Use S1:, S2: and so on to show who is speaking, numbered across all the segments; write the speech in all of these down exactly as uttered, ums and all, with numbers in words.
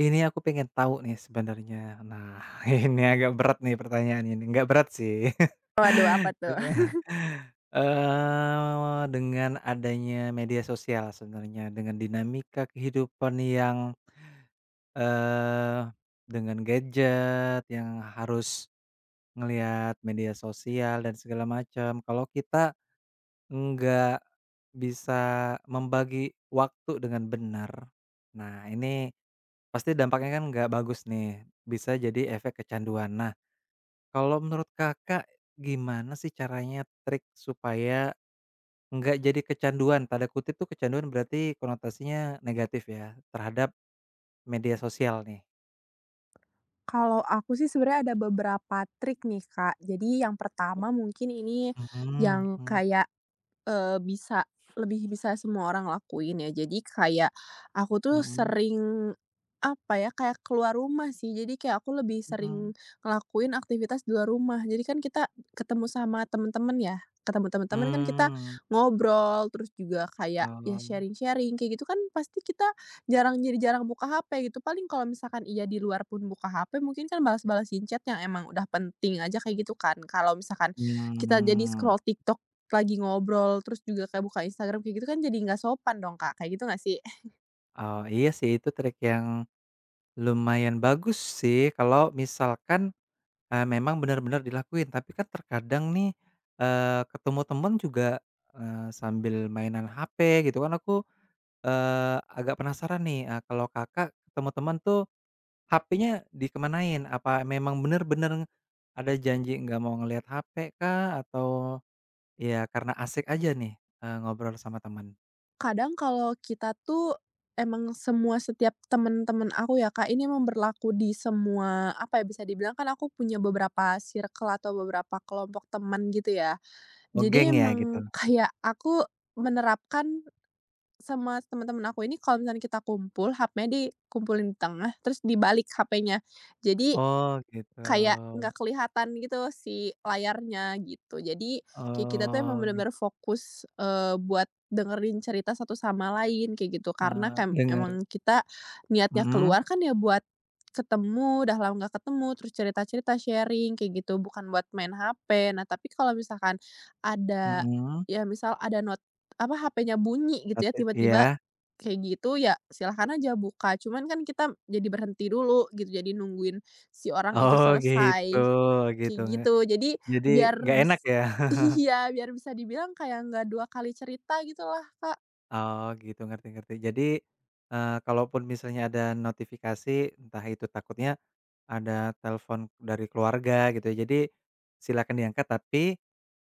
S1: Ini aku pengen tahu nih sebenarnya. Nah, ini agak berat nih pertanyaan ini. Nggak berat sih.
S2: Waduh, apa tuh?
S1: Tapi, eee, dengan adanya media sosial sebenarnya, dengan dinamika kehidupan yang, eee, dengan gadget yang harus ngelihat media sosial dan segala macam, kalau kita nggak bisa membagi waktu dengan benar, nah ini pasti dampaknya kan nggak bagus nih, bisa jadi efek kecanduan. Nah, kalau menurut Kakak gimana sih caranya trik supaya nggak jadi kecanduan, tanda kutip tuh kecanduan berarti konotasinya negatif ya, terhadap media sosial nih?
S2: Kalau aku sih sebenarnya ada beberapa trik nih, Kak. Jadi yang pertama mungkin ini
S1: Mhm.
S2: yang
S1: Mmm,
S2: kayak eh bisa lebih bisa semua orang lakuin ya. Jadi kayak aku tuh
S1: mhm.
S2: sering, apa ya, kayak keluar rumah sih. Jadi kayak aku lebih
S1: mhm,
S2: sering ngelakuin aktivitas di luar rumah. Jadi kan kita ketemu sama temen-temen ya, ketemu temen-temen kan kita
S1: mmm,
S2: ngobrol, terus juga kayak ya
S1: oh.
S2: sharing-sharing kayak gitu kan pasti kita jarang jadi jarang buka H P gitu. Paling kalau misalkan iya di luar pun buka H P mungkin kan balas-balasin chat yang emang udah penting aja kayak gitu kan. Kalau misalkan kita jadi
S1: mmm,
S2: scroll TikTok lagi ngobrol, terus juga kayak buka Instagram kayak gitu kan jadi nggak sopan dong, Kak, kayak gitu nggak sih?
S1: oh, iya sih itu trik yang lumayan bagus sih kalau misalkan Eee, memang benar-benar dilakuin, tapi kan terkadang nih, eee, ketemu temen juga, eee, sambil mainan H P gitu kan aku, eee, agak penasaran nih, eee, kalau Kakak ketemu teman tuh H P-nya dikemanain? Apa memang benar-benar ada janji nggak mau ngelihat H P kah? Atau ya karena asik aja nih, eee, ngobrol sama teman?
S2: Kadang kalau kita tuh emang semua setiap temen-temen aku ya, Kak, ini emang berlaku di semua apa ya, bisa dibilang kan aku punya beberapa circle atau beberapa kelompok teman gitu ya.
S1: Oh, geng
S2: Jadi
S1: ya gitu?
S2: emang kayak aku menerapkan sama teman-teman aku ini kalau misalnya kita kumpul, H P-nya dikumpulin di tengah, terus dibalik H P-nya. Jadi
S1: Oh gitu.
S2: kayak nggak kelihatan gitu si layarnya gitu. Jadi kayak kita tuh emang
S1: Oh
S2: benar-benar
S1: gitu.
S2: fokus, eee, buat dengerin cerita satu sama lain kayak gitu karena
S1: Eh, dengar. eee,
S2: kan
S1: denger.
S2: emang kita niatnya
S1: Mhm.
S2: keluar kan ya buat ketemu, udah lama nggak ketemu, terus cerita-cerita, sharing kayak gitu, bukan buat main H P. Nah, tapi kalau misalkan ada
S1: Mhm,
S2: ya misal ada not apa, H P-nya bunyi gitu ya
S1: tapi
S2: tiba-tiba
S1: iya.
S2: kayak gitu, ya silahkan aja buka, cuman kan kita jadi berhenti dulu gitu, jadi nungguin si orang itu
S1: Oh gitu
S2: selesai,
S1: gitu,
S2: kayak
S1: nge
S2: gitu. Jadi
S1: jadi
S2: biar
S1: nggak enak
S2: bis
S1: ya?
S2: iya, biar bisa dibilang kayak nggak dua kali cerita gitulah, Kak.
S1: Oh gitu, ngerti ngerti. Jadi, eee, kalaupun misalnya ada notifikasi, entah itu takutnya ada telepon dari keluarga gitu ya, jadi silakan diangkat, tapi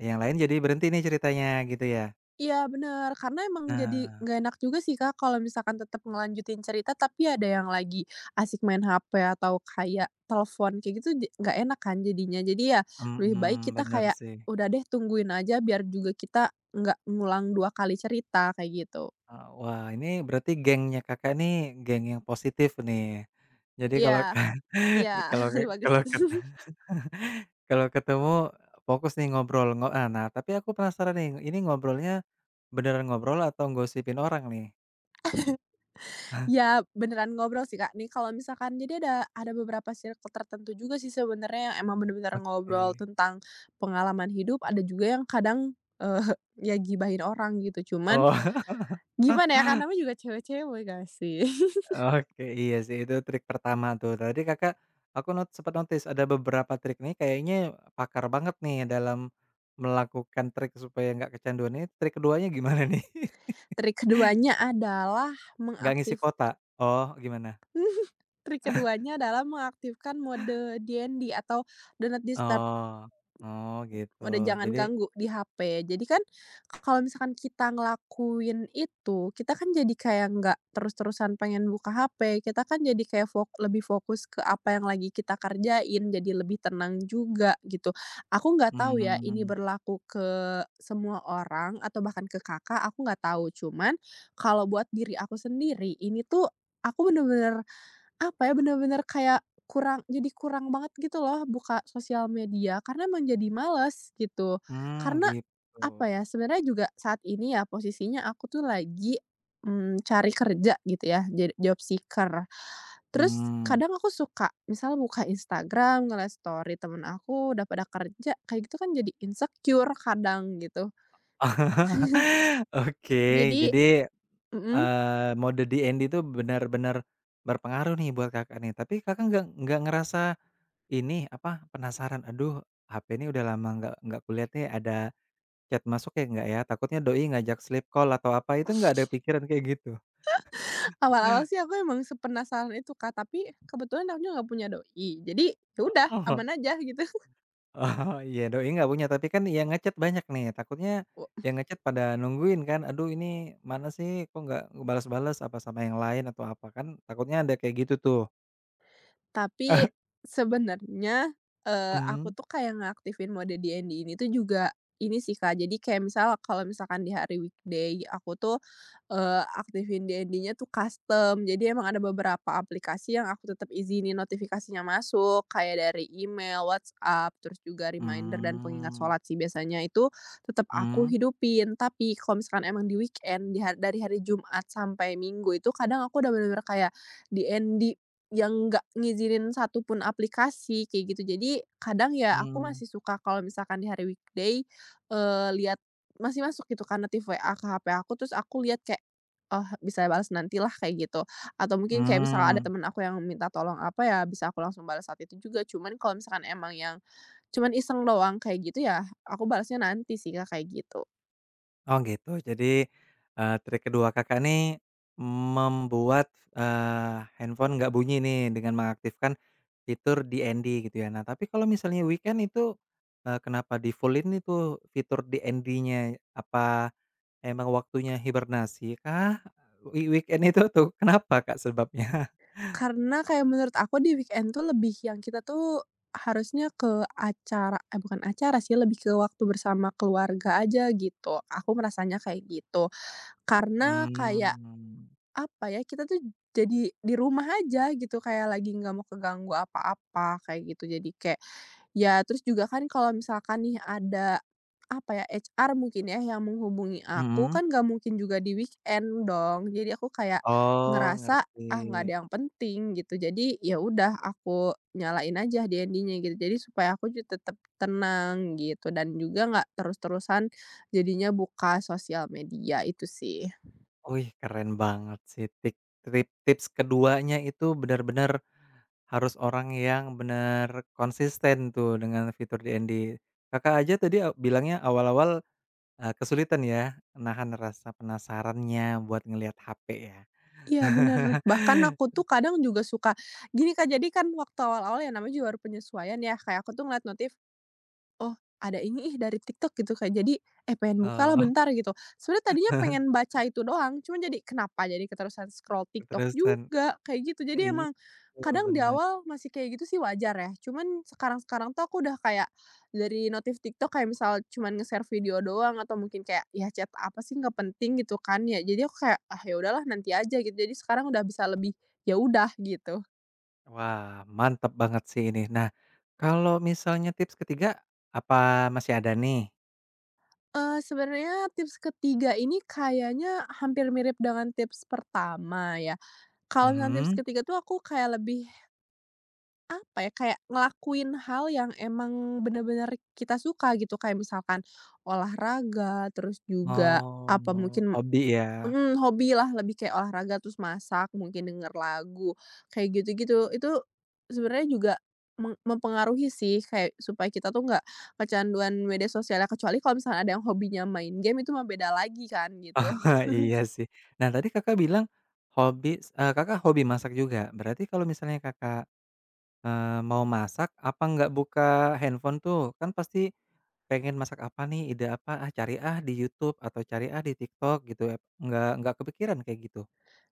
S1: yang lain jadi berhenti nih ceritanya gitu ya?
S2: Iya bener, karena emang jadi
S1: Nah,
S2: nggak enak juga sih, Kak, kalau misalkan tetap ngelanjutin cerita tapi ada yang lagi asik main H P atau kayak telepon kayak gitu ja nggak enak kan jadinya. Jadi ya lebih baik
S1: mhm,
S2: kita
S1: bener
S2: kayak,
S1: sih.
S2: udah deh tungguin aja biar juga kita nggak ngulang dua kali cerita, kayak gitu.
S1: Eee, wah ini berarti gengnya Kakak nih geng yang positif nih. Jadi kalau
S2: Iya iya,
S1: kalau
S2: bagus.
S1: kalau kalau ketemu, fokus nih ngobrol, ngo ah, nah tapi aku penasaran nih, ini ngobrolnya beneran ngobrol atau gosipin orang nih?
S2: Ya, beneran ngobrol sih, Kak. Nih kalau misalkan jadi ada ada beberapa circle tertentu juga sih sebenarnya yang emang bener-bener ngobrol
S1: Oke.
S2: tentang pengalaman hidup, ada juga yang kadang, eee, ya gibahin orang gitu, cuman
S1: Oh.
S2: gimana ya, kan namanya juga cewek-cewek gak sih?
S1: Oke, iya sih itu trik pertama tuh. Tadi Kakak, aku not sempat notice ada beberapa trik nih kayaknya pakar banget nih dalam melakukan trik supaya nggak kecanduan nih, trik keduanya gimana nih?
S2: Trik keduanya adalah
S1: Nggak ngisi
S2: mengaktif
S1: kuota? Oh, gimana?
S2: Trik keduanya adalah mengaktifkan mode D N D atau Do Not Disturb.
S1: Oh oh gitu.
S2: Udah jangan
S1: Jadi
S2: ganggu di H P. Jadi kan kalau misalkan kita ngelakuin itu, kita kan jadi kayak nggak terus-terusan pengen buka H P, kita kan jadi kayak fok lebih fokus ke apa yang lagi kita kerjain, jadi lebih tenang juga gitu. Aku nggak tahu ya ini
S1: hmm,
S2: berlaku ke semua orang atau bahkan ke Kakak, aku nggak tahu. Cuman kalau buat diri aku sendiri, ini tuh aku bener-bener apa ya, bener-bener kayak kurang jadi kurang banget gitu loh buka sosial media karena emang jadi males gitu.
S1: mmm,
S2: Karena
S1: gitu.
S2: apa ya, sebenarnya juga saat ini ya posisinya aku tuh lagi, mmm, cari kerja gitu ya, jadi job seeker. Terus
S1: Hmm.
S2: kadang aku suka misal buka Instagram, ngeliat story temen aku udah pada kerja, kayak gitu kan jadi insecure kadang gitu.
S1: Oke,
S2: Jadi
S1: jadi,
S2: mhm.
S1: eee, mode D N D itu benar-benar berpengaruh nih buat Kakak nih, tapi Kakak nggak nggak ngerasa ini, apa, penasaran, "Aduh, H P ini udah lama nggak nggak kulihat nih, ada chat masuk ya nggak ya? Takutnya doi ngajak sleep call atau apa," itu nggak ada pikiran kayak gitu?
S2: Awal-awal sih aku emang sepenasaran itu Kak, tapi kebetulan aku juga nggak punya doi. Jadi, ya udah
S1: Oh.
S2: aman aja gitu.
S1: Oh, iya, doi nggak punya, tapi kan yang ngechat banyak nih, takutnya yang ngechat pada nungguin kan, "Aduh, ini mana sih, kok nggak balas-balas, apa sama yang lain atau apa?" Kan takutnya ada kayak gitu tuh.
S2: Tapi sebenarnya, eee,
S1: Mmm,
S2: aku tuh kayak ngaktifin mode D N D ini tuh juga ini sih, Kak, jadi kayak misal kalau misalkan di hari weekday aku tuh, eee, aktifin D N D-nya tuh custom. Jadi emang ada beberapa aplikasi yang aku tetap izinin notifikasinya masuk, kayak dari email, WhatsApp, terus juga reminder dan pengingat
S1: mmm,
S2: sholat sih biasanya itu tetap aku
S1: mmm,
S2: hidupin. Tapi kalau misalkan emang di weekend, di har dari hari Jumat sampai Minggu itu kadang aku udah bener-bener kayak D N D yang nggak ngizinin satu pun aplikasi, kayak gitu. Jadi, kadang ya aku
S1: mmm,
S2: masih suka kalau misalkan di hari weekday, eee, lihat masih masuk gitu kan notif W A ke H P aku, terus aku lihat kayak, "Oh, bisa balas nantilah," kayak gitu. Atau mungkin kayak misalnya ada
S1: mmm.
S2: teman aku yang minta tolong apa, ya bisa aku langsung balas saat itu juga. Cuman kalau misalkan emang yang cuman iseng doang kayak gitu, ya aku balasnya nanti sih, Kak, kayak gitu.
S1: Oh gitu. Jadi, eee, trik kedua Kakak nih membuat, eee, handphone nggak bunyi nih dengan mengaktifkan fitur D N D gitu ya. Nah tapi kalau misalnya weekend itu, eee, kenapa di-full-in itu fitur D N D-nya? Apa emang waktunya hibernasi kah? Eee, weekend itu tuh kenapa Kak sebabnya?
S2: Karena kayak menurut aku di weekend tuh lebih yang kita tuh harusnya ke acara eh, bukan acara sih, lebih ke waktu bersama keluarga aja gitu. Aku merasanya kayak gitu. Karena kayak,
S1: Mmm,
S2: apa ya, kita tuh jadi di rumah aja gitu, kayak lagi nggak mau keganggu apa-apa, kayak gitu. Jadi kayak ya, terus juga kan kalau misalkan nih ada, apa ya, H R mungkin ya yang menghubungi aku,
S1: mhm.
S2: kan nggak mungkin juga di weekend dong. Jadi aku kayak
S1: Oh
S2: ngerasa,
S1: ngerti.
S2: ah, nggak ada yang penting gitu. Jadi ya udah aku nyalain aja H D N D-nya gitu. Jadi supaya aku juga tetap tenang gitu dan juga nggak terus-terusan jadinya buka sosial media, itu sih.
S1: Wih, keren banget sih tik trip tips keduanya itu benar-benar harus orang yang benar konsisten tuh dengan fitur D N D. Kakak aja tadi a bilangnya awal-awal, eee, kesulitan ya nahan rasa penasarannya buat ngelihat H P ya.
S2: Iya, bener. Bahkan aku tuh kadang juga suka gini Kak, jadi kan waktu awal-awal ya namanya juga baru penyesuaian ya, kayak aku tuh ngeliat notif. Oh, ada ini ih dari TikTok gitu Kak, jadi, eh, pengen bukalah
S1: Oh.
S2: bentar gitu. Sebenarnya tadinya pengen baca itu doang, cuma jadi kenapa jadi keterusan scroll TikTok
S1: Keterusan,
S2: juga, kayak gitu. Jadi
S1: iya
S2: emang kadang di
S1: benar.
S2: awal masih kayak gitu sih wajar ya, cuman sekarang-sekarang tuh aku udah kayak dari notif TikTok kayak misal cuman nge-share video doang atau mungkin kayak, ya chat apa sih nggak penting gitu kan ya. Jadi aku kayak, ah, ya udahlah nanti aja gitu. Jadi sekarang udah bisa lebih, ya udah gitu.
S1: Wah, mantap banget sih ini. Nah, kalau misalnya tips ketiga apa masih ada nih?
S2: Eee, sebenarnya tips ketiga ini kayaknya hampir mirip dengan tips pertama ya. Kalau misalnya tips
S1: Mhm.
S2: ketiga tuh aku kayak lebih, apa ya, kayak ngelakuin hal yang emang bener-bener kita suka gitu, kayak misalkan olahraga, terus juga,
S1: Oh,
S2: apa mungkin
S1: hobi ya?
S2: mhm, hobi lah lebih kayak olahraga terus masak, mungkin denger lagu, kayak gitu-gitu. Itu sebenarnya juga meng mempengaruhi sih kayak supaya kita tuh nggak kecanduan media sosialnya, kecuali kalau misalnya ada yang hobinya main game itu mah beda lagi kan gitu.
S1: Iya sih. Nah tadi Kakak bilang hobi eee, Kakak hobi masak juga? Berarti kalau misalnya Kakak, eee, mau masak apa nggak buka handphone tuh? Kan pasti pengen masak apa nih, ide apa, ah cari ah di YouTube atau cari ah di TikTok gitu ya, nggak nggak kepikiran kayak gitu?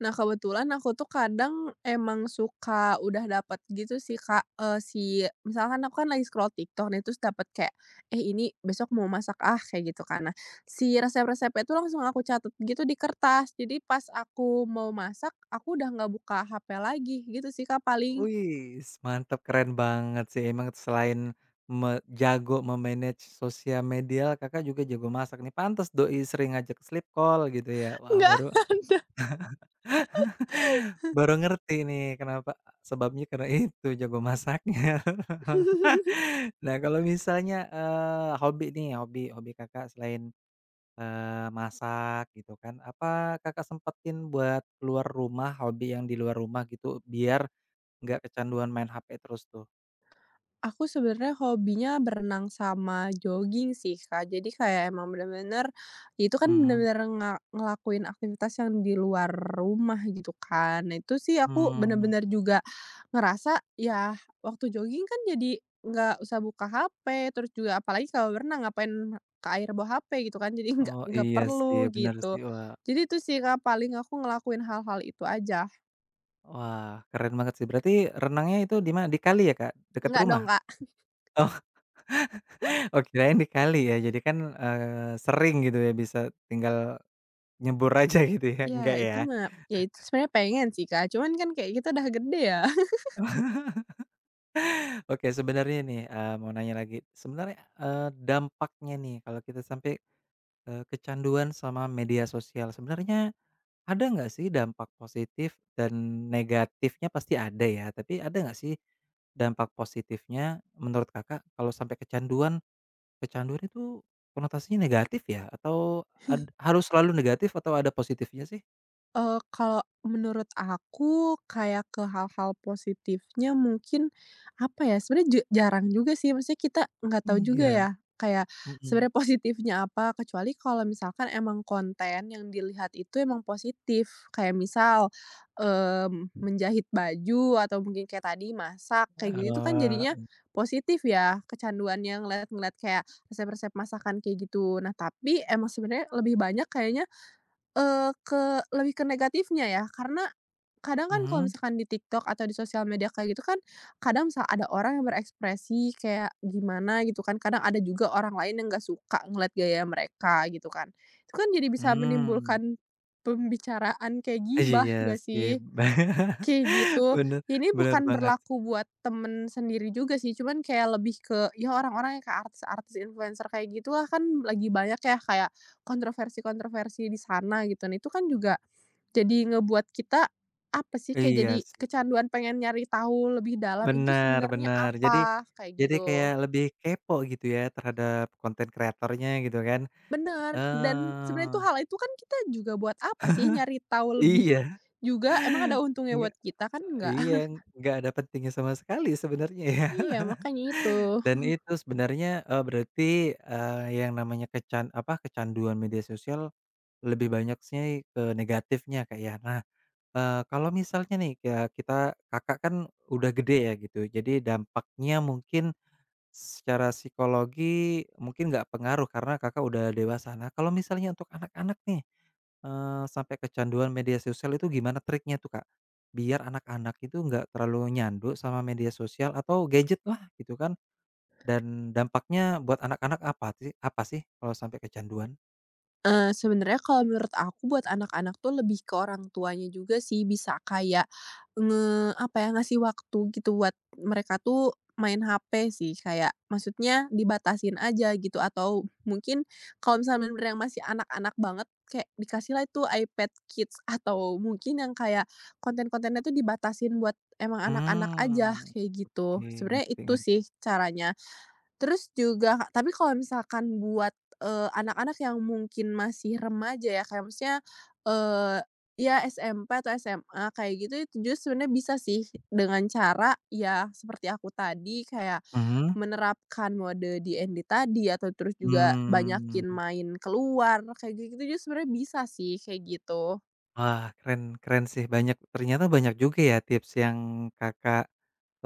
S2: Nah, kebetulan aku tuh kadang emang suka udah dapat gitu sih, Kak, eee, si misalkan aku kan lagi scroll TikTok nih, terus dapat kayak, "Eh, ini besok mau masak ah," kayak gitu kan. Nah, si resep-resepnya itu langsung aku catat gitu di kertas. Jadi pas aku mau masak, aku udah nggak buka H P lagi, gitu sih, Kak, paling.
S1: Wis, mantap keren banget sih emang selain me jago me sosial media Kakak juga jago masak nih, pantas doi sering ngajak sleep call gitu ya? Wah
S2: Nggak
S1: baru
S2: ada.
S1: Baru ngerti nih kenapa sebabnya karena itu jago masaknya. Nah kalau misalnya, eee, hobi nih, hobi hobi Kakak selain, eee, masak gitu kan, apa Kakak sempetin buat keluar rumah, hobi yang di luar rumah gitu biar nggak kecanduan main H P terus tuh?
S2: Aku sebenarnya hobinya berenang sama jogging sih, Kak. Jadi kayak emang bener-bener ya itu kan
S1: Hmm
S2: bener-bener nga ngelakuin aktivitas yang di luar rumah gitu kan. Nah itu sih aku
S1: mmm,
S2: bener-bener juga ngerasa ya waktu jogging kan jadi nggak usah buka H P, terus juga apalagi kalau berenang ngapain ke air bawa H P gitu kan, jadi nggak
S1: oh
S2: nggak
S1: iya sih
S2: perlu
S1: benar
S2: gitu.
S1: sih, wah
S2: Jadi itu sih, Kak, paling aku ngelakuin hal-hal itu aja.
S1: wah keren banget sih berarti renangnya itu di mana? Di kali ya Kak? Dekat
S2: Nggak
S1: rumah?
S2: dong, Kak?
S1: Oh kirain dikali ya, jadi kan, eee, sering gitu ya bisa tinggal nyebur aja gitu ya, enggak
S2: Ya
S1: ya?
S2: itu mah ya itu sebenarnya pengen sih, Kak, cuman kan kayak kita udah gede ya.
S1: Oke sebenarnya nih, eee, mau nanya lagi, sebenarnya, eee, dampaknya nih kalau kita sampai, eee, kecanduan sama media sosial, sebenarnya ada nggak sih dampak positif dan negatifnya pasti ada ya, tapi ada nggak sih dampak positifnya menurut Kakak kalau sampai kecanduan, kecanduan itu konotasinya negatif ya? Atau ad harus selalu negatif atau ada positifnya sih?
S2: Eh kalau menurut aku kayak ke hal-hal positifnya mungkin, apa ya, sebenarnya ju jarang juga sih, maksudnya kita nggak tahu juga
S1: Iya.
S2: ya, kayak
S1: Mhm.
S2: sebenarnya positifnya apa, kecuali kalau misalkan emang konten yang dilihat itu emang positif. Kayak misal, mmm, menjahit baju atau mungkin kayak tadi masak, kayak gitu itu kan jadinya
S1: eee,
S2: positif ya, kecanduannya ngeliat-ngeliat kayak resep-resep masakan kayak gitu. Nah, tapi emang sebenarnya lebih banyak kayaknya Eee, ke lebih ke negatifnya ya, karena kadang kan kalau
S1: mhm,
S2: misalkan di TikTok atau di sosial media kayak gitu kan, kadang misal ada orang yang berekspresi kayak gimana gitu kan, kadang ada juga orang lain yang nggak suka ngeliat gaya mereka gitu kan. Itu kan jadi bisa
S1: mmm,
S2: menimbulkan pembicaraan kayak gibah
S1: iya
S2: nggak
S1: sih.
S2: sih? Kayak gitu.
S1: bener
S2: Ini
S1: bener
S2: bukan
S1: banget,
S2: berlaku buat temen sendiri juga sih, cuman kayak lebih ke, ya orang-orang yang kayak artis-artis, influencer kayak gitulah kan lagi banyak ya kayak kontroversi-kontroversi di sana gitu. Nah, itu kan juga jadi ngebuat kita, apa sih, kayak jadi
S1: iya sih,
S2: kecanduan pengen nyari tahu lebih dalam itu
S1: bener
S2: sebenarnya
S1: bener, jadi
S2: apa, kayak
S1: jadi kayak
S2: gitu.
S1: lebih kepo gitu ya terhadap konten kreatornya gitu kan,
S2: Bener, dan sebenarnya itu
S1: eee,
S2: hal itu kan kita juga buat apa sih nyari tahu lebih
S1: iya,
S2: juga, emang ada untungnya
S1: enggak
S2: buat kita? Kan enggak.
S1: iya, nggak ada pentingnya sama sekali sebenarnya ya.
S2: Iya, makanya itu.
S1: Dan itu sebenarnya, eee, berarti, eee, yang namanya kecan apa, kecanduan media sosial lebih banyak sih ke negatifnya Kak ya? Nah Eee, kalau misalnya nih kayak kita Kakak kan udah gede ya gitu, jadi dampaknya mungkin secara psikologi mungkin nggak pengaruh karena Kakak udah dewasa. Nah kalau misalnya untuk anak-anak nih, eee, sampai kecanduan media sosial itu gimana triknya tuh, Kak? Biar anak-anak itu nggak terlalu nyandu sama media sosial atau gadget lah gitu kan, dan dampaknya buat anak-anak apa ti apa sih kalau sampai kecanduan?
S2: Eee, sebenarnya kalau menurut aku buat anak-anak tuh lebih ke orang tuanya juga sih, bisa kayak nge apa ya, ngasih waktu gitu buat mereka tuh main H P sih, kayak maksudnya dibatasin aja gitu atau mungkin kalau misalnya bener-bener yang masih anak-anak banget, kayak dikasihlah itu iPad Kids atau mungkin yang kayak konten-kontennya tuh dibatasin buat emang anak-anak aja,
S1: Mmm,
S2: kayak gitu.
S1: oke
S2: Sebenarnya
S1: ngerti
S2: itu
S1: ngerti.
S2: sih caranya. Terus juga tapi kalau misalkan buat, eee, anak-anak yang mungkin masih remaja ya, kayak maksudnya, eee, ya S M P atau S M A kayak gitu, itu justru sebenarnya bisa sih dengan cara ya seperti aku tadi, kayak
S1: Mhm,
S2: menerapkan mode D N D tadi atau terus juga
S1: mmm.
S2: banyakin main keluar, kayak gitu-gitu justru sebenarnya bisa sih, kayak gitu.
S1: Wah, keren keren sih, banyak ternyata banyak juga ya tips yang Kakak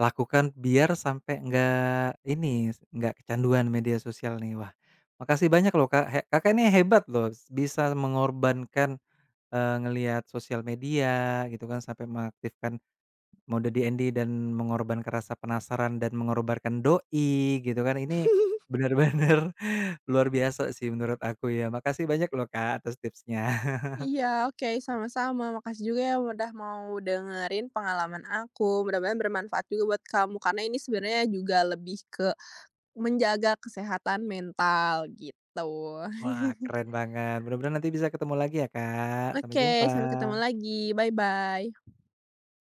S1: lakukan biar sampai nggak ini, nggak kecanduan media sosial nih. Wah, makasih banyak loh, Kak. He Kakak ini hebat loh, bisa mengorbankan, eee, ngelihat sosial media gitu kan, sampai mengaktifkan mode D N D dan mengorbankan rasa penasaran dan mengorbankan doi gitu kan. Ini benar-benar luar biasa sih menurut aku ya. Makasih banyak loh, Kak, atas tipsnya.
S2: Iya, oke, sama-sama. Makasih juga ya udah mau dengerin pengalaman aku. Mudah-mudahan bermanfaat juga buat kamu, karena ini sebenarnya juga lebih ke menjaga kesehatan mental gitu.
S1: Wah, keren banget. Mudah-mudahan nanti bisa ketemu lagi ya, Kak. Sampai
S2: Oke,
S1: jumpa.
S2: sampai ketemu lagi. Bye-bye.